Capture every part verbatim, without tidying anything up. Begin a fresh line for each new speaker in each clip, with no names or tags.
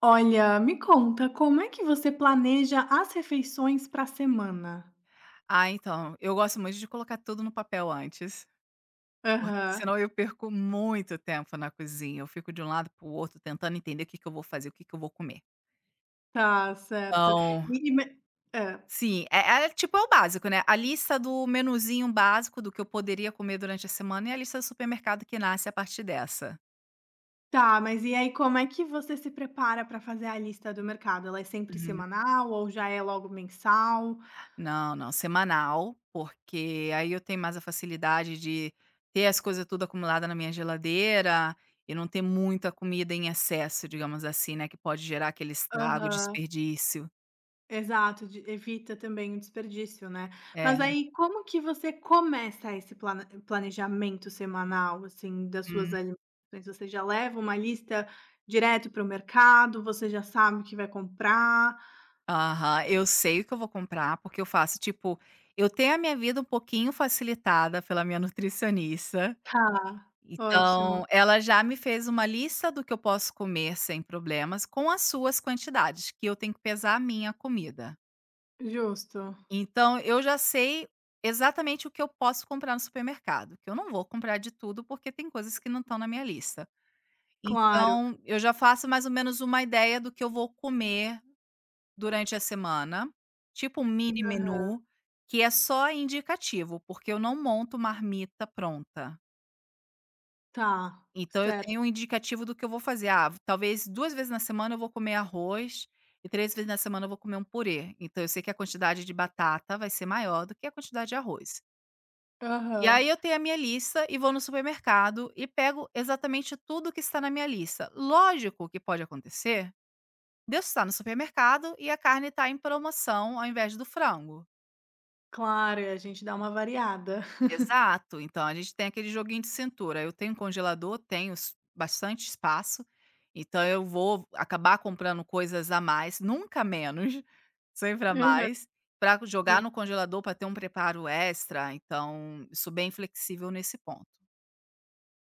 Olha, me conta, como é que você planeja as refeições para a semana?
Ah, então, eu gosto muito de colocar tudo no papel antes, porque
Aham,
senão eu perco muito tempo na cozinha, eu fico de um lado para o outro tentando entender o que que eu vou fazer, o que que eu vou comer.
tá certo.
Então,
E e me hã.
sim, é é tipo, é o básico, né, a lista do menuzinho básico do que eu poderia comer durante a semana e a lista do supermercado que nasce a partir dessa.
Tá, mas e aí como é que você se prepara para fazer a lista do mercado? Ela é sempre
Uhum.
semanal ou já é logo mensal?
Não, não, semanal, porque aí eu tenho mais a facilidade de ter as coisas tudo acumulada na minha geladeira e não ter muita comida em excesso, digamos assim, né, que pode gerar aquele estrago,
Aham.
desperdício.
Exato, de evita também o desperdício, né.
É.
Mas aí como que você começa esse plane planejamento semanal, assim, das suas
Uhum.
alimentações? Você já leva uma lista direto para o mercado, você já sabe o que vai comprar?
Aham. Eu sei o que eu vou comprar, porque eu faço, tipo, eu tenho a minha vida um pouquinho facilitada pela minha nutricionista,
Tá, ótimo,
então ela já me fez uma lista do que eu posso comer sem problemas, com as suas quantidades, que eu tenho que pesar a minha comida.
justo,
Então eu já sei exatamente o que eu posso comprar no supermercado, que eu não vou comprar de tudo, porque tem coisas que não estão na minha lista.
claro,
Então eu já faço mais ou menos uma ideia do que eu vou comer durante a semana, tipo um mini menu, que é só indicativo, porque eu não monto marmita pronta.
tá,
Então eu
certo.
tenho um indicativo do que eu vou fazer. Ah, talvez duas vezes na semana eu vou comer arroz e três vezes na semana eu vou comer um purê. Então eu sei que a quantidade de batata vai ser maior do que a quantidade de arroz. E
Aham,
aí eu tenho a minha lista e vou no supermercado e pego exatamente tudo que está na minha lista. Lógico que pode acontecer Deus está no supermercado e a carne está em promoção ao invés do frango.
claro, e a gente dá uma variada.
Exato, então a gente tem aquele joguinho de cintura. Eu tenho um congelador, tenho s- bastante espaço, então eu vou acabar comprando coisas a mais, nunca menos, sempre a
Aham,
mais, para jogar no congelador para ter um preparo extra. Então, sou bem flexível nesse ponto.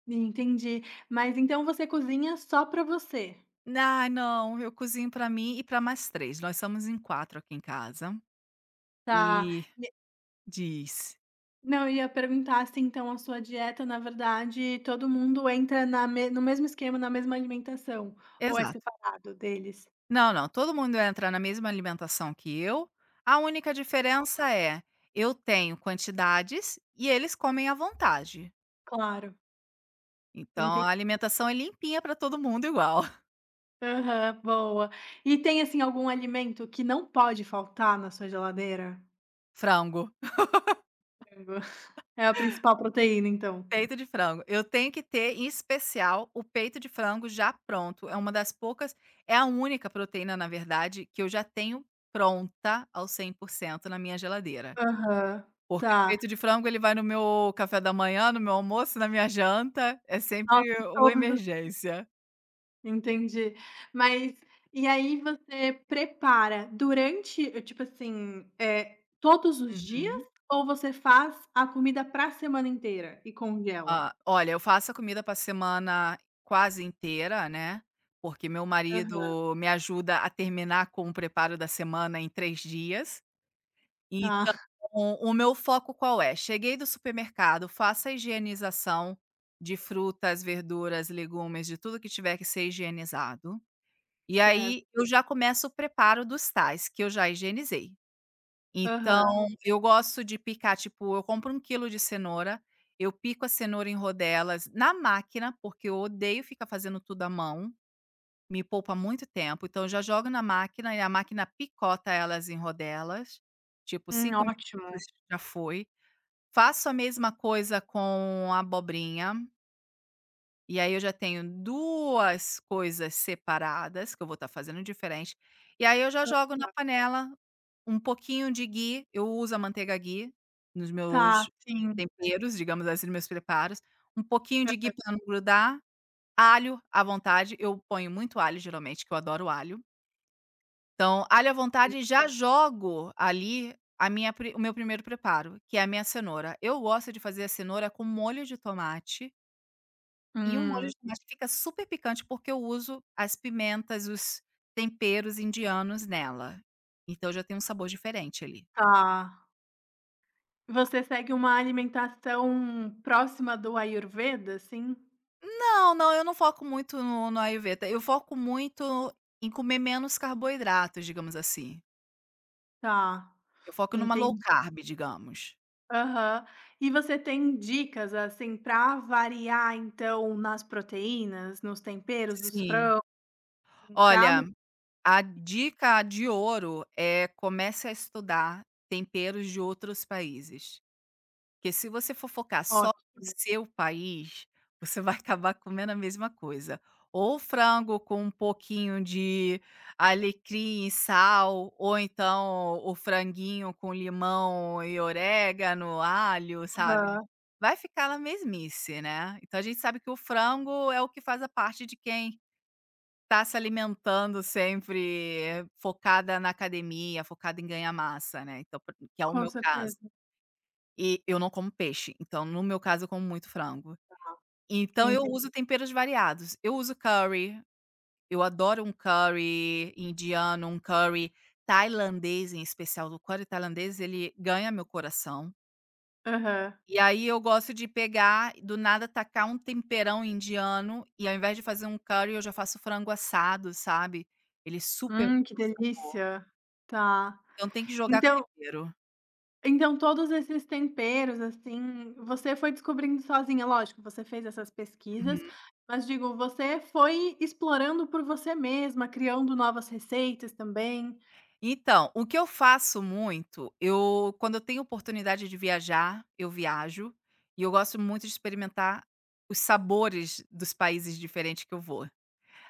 entendi. Mas então você cozinha só para você?
Ah, não, eu cozinho para mim e para mais três, nós somos em quatro aqui em casa,
Tá.
e diz
Não, eu ia perguntar se então a sua dieta, na verdade, todo mundo entra na me no mesmo esquema, na mesma alimentação, ou é
exato.
separado deles?
Não, não, todo mundo entra na mesma alimentação que eu, a única diferença é, eu tenho quantidades e eles comem à vontade,
Claro,
então
enten
a alimentação é limpinha para todo mundo igual,
aham, boa. E tem, assim, algum alimento que não pode faltar na sua geladeira?
frango.
Frango. É a principal proteína então?
Peito de frango. Eu tenho que ter, em especial, o peito de frango já pronto. É uma das poucas é a única proteína, na verdade, que eu já tenho pronta ao cem por cento na minha geladeira.
Aham,
Porque o
tá.
peito de frango, ele vai no meu café da manhã, no meu almoço, na minha janta, é
Nossa!
sempre uma
Todos
emergência.
Entendi. Mas e aí você prepara durante eh, tipo assim, eh, todos os dias
Uhum.
ou você faz a comida pra semana inteira e congela?
Ah, olha, eu faço a comida pra semana quase inteira, né, porque meu
Aham.
marido me ajuda a terminar com o preparo da semana em três dias.
Tá,
Então, o meu foco qual é? Cheguei do supermercado, faço a higienização de frutas, verduras, legumes, de tudo que tiver que ser higienizado, e
certo.
aí eu já começo o preparo dos tais, que eu já higienizei.
Aham.
Então, eu gosto de picar, tipo, eu compro um quilo de cenoura, eu pico a cenoura em rodelas na máquina, porque eu odeio ficar fazendo tudo à mão. Me poupa muito tempo, então eu já jogo na máquina e a máquina picota elas em rodelas, tipo
Hum,
cinco
ótimo.
minutos já foi. Faço a mesma coisa com a abobrinha, e aí eu já tenho duas coisas separadas que eu vou estar fazendo diferente, e aí eu já jogo na panela um pouquinho de ghee, eu uso a manteiga ghee nos
Tá,
meus
sim.
temperos, digamos assim, nos meus preparos, um pouquinho de ghee para não grudar, alho à vontade, eu ponho muito alho geralmente, que eu adoro alho. Então, alho à vontade, já jogo ali a minha pri o meu primeiro preparo, que é a minha cenoura. Eu gosto de fazer a cenoura com molho de tomate, e o molho
Hum.
de tomate fica super picante, porque eu uso as pimentas, os temperos indianos nela. Então já tem um sabor diferente ali.
Tá. Você segue uma alimentação próxima do Ayurveda, assim?
Não, não, eu não foco muito no no ayurveda, eu foco muito em comer menos carboidratos, digamos assim.
Tá,
Eu foco numa low
entendi.
carb, digamos.
Aham. E você tem dicas, assim, para variar, então, nas proteínas, nos temperos dos
Sim.
frangos? Para
Olha, a dica de ouro é comece a estudar temperos de outros países, porque se você for focar só no
Ótimo.
seu país, você vai acabar comendo a mesma coisa. Ou frango com um pouquinho de alecrim e sal, ou então o franguinho com limão e orégano, alho, sabe.
Aham,
Vai ficar na mesmice, né. Então a gente sabe que o frango é o que faz a parte de quem tá se alimentando sempre focada na academia, focada em ganhar massa, né, então por que é o
com
meu caso.
certeza.
E eu não como peixe, então no meu caso eu como muito frango. Então eu
Enten
uso temperos variados, eu uso curry, eu adoro um curry indiano, um curry tailandês em especial, o curry tailandês ele ganha meu coração.
aham.
E aí eu gosto de pegar, do nada tacar um temperão indiano, e ao invés de fazer um curry eu já faço frango assado, sabe. Ele é super.
Hum, que delícia. Tá.
Então tem que jogar com
Então
tempero.
então todos esses temperos, assim, você foi descobrindo sozinha. Lógico, você fez essas pesquisas,
Uhum.
mas digo, você foi explorando por você mesma, criando novas receitas também.
Então, o que eu faço muito, eu quando eu tenho oportunidade de viajar, eu viajo, e eu gosto muito de experimentar os sabores dos países diferentes que eu vou.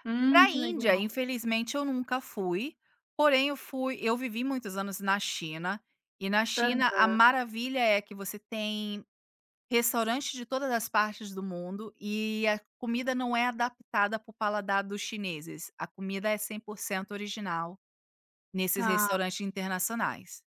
Hum,
Pra
que
Índia,
legal.
infelizmente, eu nunca fui, porém eu fui eu vivi muitos anos na China, e na
Hã,
China a maravilha é que você tem restaurantes de todas as partes do mundo, e a comida não é adaptada para o paladar dos chineses, a comida é cem por cento original. Nesses
tá.
restaurantes internacionais.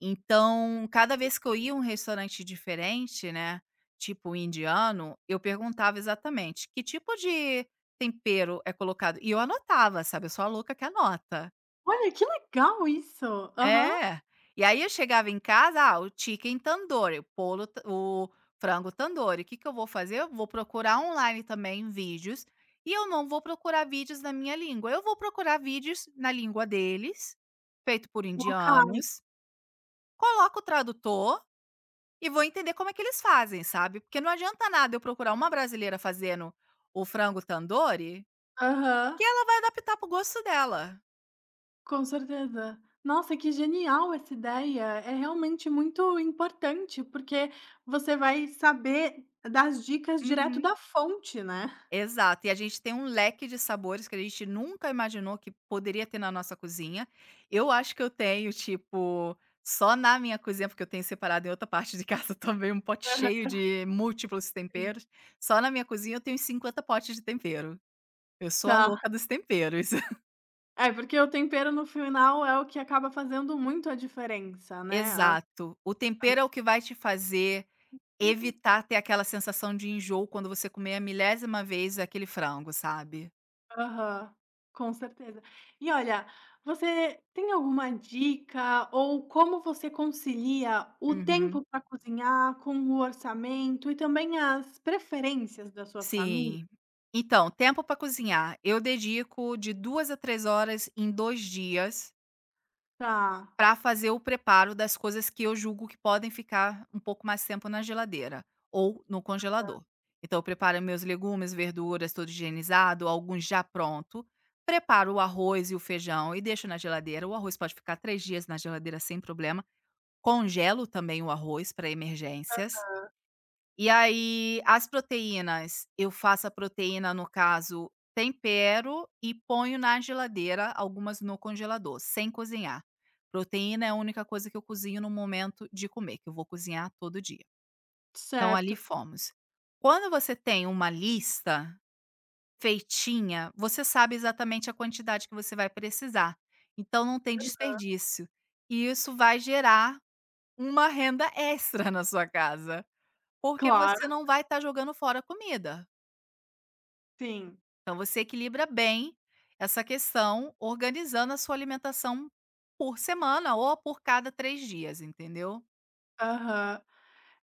Então, cada vez que eu ia a um restaurante diferente, né, tipo indiano, eu perguntava exatamente: "Que tipo de tempero é colocado?" E eu anotava, sabe, eu sou a louca que anota.
Olha, que legal isso. Aham.
É. E aí eu chegava em casa: "Ah, o chicken tandoori, o polo ta o frango tandoori". O que que eu vou fazer? Eu vou procurar online também vídeos, e eu não vou procurar vídeos na minha língua, eu vou procurar vídeos na língua deles, feito por
Locais.
indianos. Coloco o tradutor e vou entender como é que eles fazem, sabe, porque não adianta nada eu procurar uma brasileira fazendo o frango tandoori,
Aham.
que ela vai adaptar para o gosto dela.
Com certeza. Nossa, que genial essa ideia! É realmente muito importante, porque você vai saber das dicas direto
Uhum.
da fonte, né.
Exato, e a gente tem um leque de sabores que a gente nunca imaginou que poderia ter na nossa cozinha. Eu acho que eu tenho, tipo, só na minha cozinha, porque eu tenho separado em outra parte de casa também um pote cheio
Aham,
de múltiplos
sim.
temperos, só na minha cozinha eu tenho cinquenta potes de tempero. Eu sou a
Tá.
louca dos temperos.
É, porque o tempero no final é o que acaba fazendo muito a diferença, né, a
Exato. O
a
tempero é o que vai te fazer
e o tem
evitar ter aquela sensação de enjoo quando você comer a milésima vez aquele frango, sabe.
Aham, com certeza. E olha, você tem alguma dica ou como você concilia o
Uhum.
tempo para cozinhar com o orçamento e também as preferências da sua família?
Sim. Então, tempo para cozinhar, eu dedico de duas a três horas em dois dias,
Tá,
para fazer o preparo das coisas que eu julgo que podem ficar um pouco mais tempo na geladeira ou no congelador. Então eu preparo meus legumes, verduras, tudo higienizado, alguns já pronto. Preparo o arroz e o feijão e deixo na geladeira. O arroz pode ficar três dias na geladeira sem problema. Congelo também o arroz para emergências. E aí, as proteínas, eu faço a proteína, no caso, tempero e ponho na geladeira, algumas no congelador, sem cozinhar. Proteína é a única coisa que eu cozinho no momento de comer, que eu vou cozinhar todo dia. Então, ali
certo.
fomos. Quando você tem uma lista feitinha, você sabe exatamente a quantidade que você vai precisar. Então, não tem desperdício. E isso vai gerar uma renda extra na sua casa. Porque
Claro,
você não vai estar jogando fora comida.
sim.
Então você equilibra bem essa questão, organizando a sua alimentação por semana ou por cada três dias, entendeu?
Aham.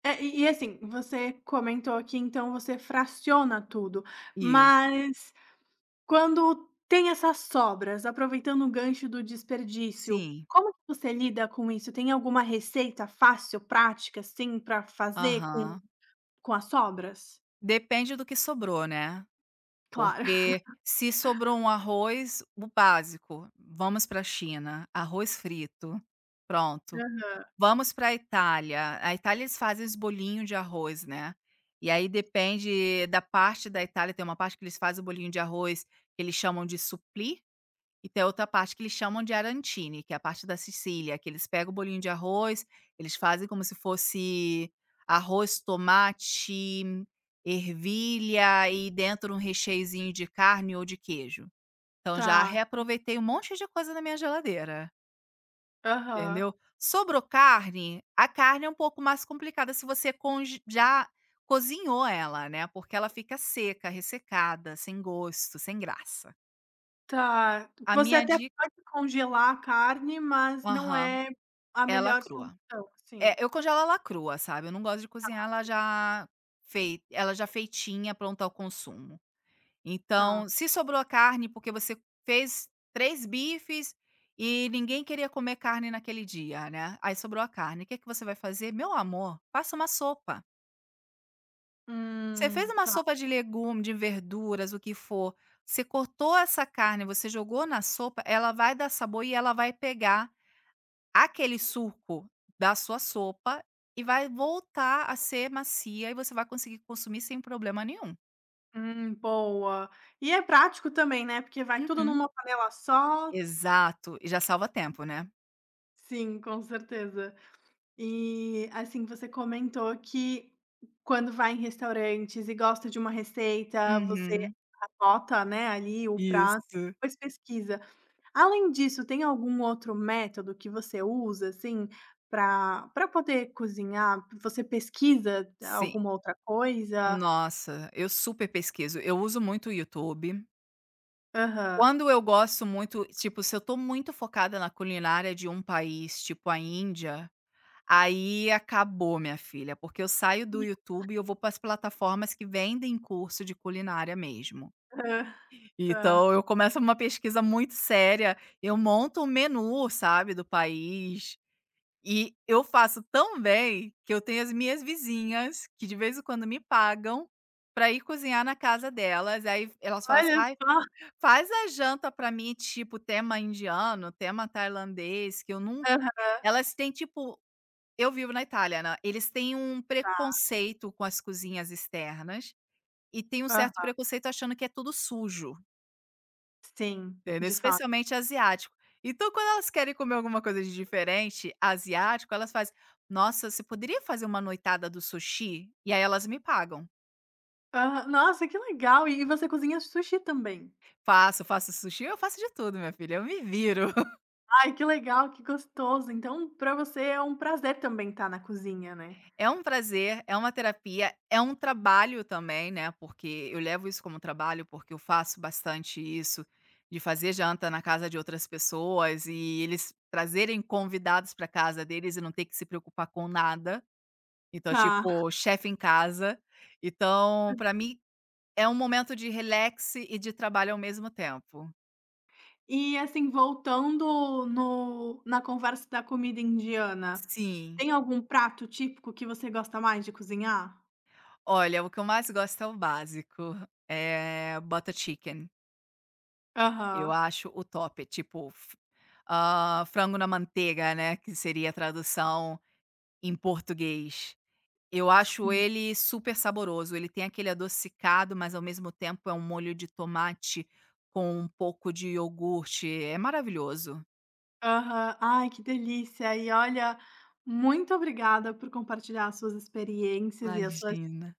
É, e e assim, você comentou aqui, então você fraciona tudo,
Isso,
mas quando tem essas sobras, aproveitando o gancho do desperdício,
sim.
como que você lida com isso? Tem alguma receita fácil, prática, assim, para fazer com
Aham.
com as sobras?
Depende do que sobrou, né.
Claro.
Porque se sobrou um arroz, o básico, vamos para a China, arroz frito, pronto.
Aham.
Vamos para a Itália. A Itália eles fazem os bolinhos de arroz, né. E aí depende da parte da Itália, tem uma parte que eles fazem o bolinho de arroz que eles chamam de supplì, e tem outra parte que eles chamam de arancine, que é a parte da Sicília, que eles pegam o bolinho de arroz, eles fazem como se fosse arroz, tomate, ervilha e dentro um recheiozinho de carne ou de queijo. Então já
Tá.
reaproveitei um monte de coisa na minha geladeira.
Aham.
Entendeu? Sobrou carne, a carne é um pouco mais complicada se você conge já cozinhou ela, né, porque ela fica seca, ressecada, sem gosto, sem graça.
Tá.
A
Você
minha
até
dica,
pode congelar a carne, mas não
aham,
é a
ela
melhor
crua.
solução, sim.
É, eu congelo ela crua, sabe, eu não gosto de cozinhar ela já fei ela já feitinha, pronta ao consumo. Então,
Tá.
se sobrou a carne porque você fez três bifes e ninguém queria comer carne naquele dia, né, aí sobrou a carne, o que é que você vai fazer? Meu amor, faça uma sopa. Você fez
Hum.
uma sopa de legume, de verduras, o que for, você cortou essa carne, você jogou na sopa, ela vai dar sabor e ela vai pegar aquele suco da sua sopa e vai voltar a ser macia e você vai conseguir consumir sem problema nenhum.
Hum, boa. E é prático também, né, porque vai tudo
Uhum.
numa panela só.
Exato, e já salva tempo, né.
Sim, com certeza. E, assim, você comentou que quando vai em restaurantes e gosta de uma receita, você
Uhum.
anota, né, ali o prato,
Isso.
depois pesquisa. Além disso, tem algum outro método que você usa, assim, para para poder cozinhar? Você pesquisa
Sim.
alguma outra coisa?
Nossa, eu super pesquiso. Eu uso muito o YouTube.
Aham.
Quando eu gosto muito tipo, se eu tô muito focada na culinária de um país, tipo a Índia, aí acabou, minha filha, porque eu saio do YouTube e eu vou para as plataformas que vendem curso de culinária mesmo.
Tá.
Então eu começo uma pesquisa muito séria, eu monto um menu, sabe, do país, e eu faço tão bem que eu tenho as minhas vizinhas que de vez em quando me pagam para ir cozinhar na casa delas, aí elas falam assim:
Olha
"Ai,
só.
faz a janta pra mim, tipo, tema indiano, tema tailandês, que eu nunca".
Aham,
Elas têm, tipo, eu vivo na Itália, né, eles têm um preconceito com as cozinhas externas, e tem um certo
tá.
preconceito achando que é tudo sujo,
Sim,
entendeu,
de fato.
especialmente asiático. Então quando elas querem comer alguma coisa de diferente, asiático, elas fazem: "Nossa, você poderia fazer uma noitada do sushi?" E aí elas me pagam.
Aham. Nossa, que legal! E e você cozinha sushi também?
Faço, faço sushi, eu faço de tudo, minha filha, eu me viro.
Ai, que legal, que gostoso! Então, pra você é um prazer também estar na cozinha, né?
É um prazer, é uma terapia, é um trabalho também, né, porque eu levo isso como trabalho, porque eu faço bastante isso, de fazer janta na casa de outras pessoas e eles trazerem convidados pra casa deles e não ter que se preocupar com nada. Então,
Tá.
tipo, chefe em casa. Então, para mim, é um momento de relax e de trabalho ao mesmo tempo.
E, assim, voltando no na conversa da comida indiana,
Sim.
tem algum prato típico que você gosta mais de cozinhar?
Olha, o que eu mais gosto é o básico, é butter chicken. Eu
Aham.
acho o top, tipo, f hã, frango na manteiga, né, que seria a tradução em português. Eu acho
Sim.
ele super saboroso, ele tem aquele adocicado, mas ao mesmo tempo é um molho de tomate com um pouco de iogurte, é maravilhoso.
Aham. Ai, que delícia! E olha, muito obrigada por compartilhar as suas experiências e as suas.
Imagina.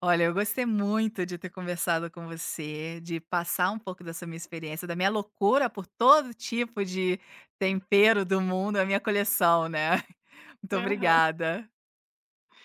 Olha, eu gostei muito de ter conversado com você, de passar um pouco dessa minha experiência, da minha loucura por todo tipo de tempero do mundo, a minha coleção, né. Muito
Aham.
obrigada.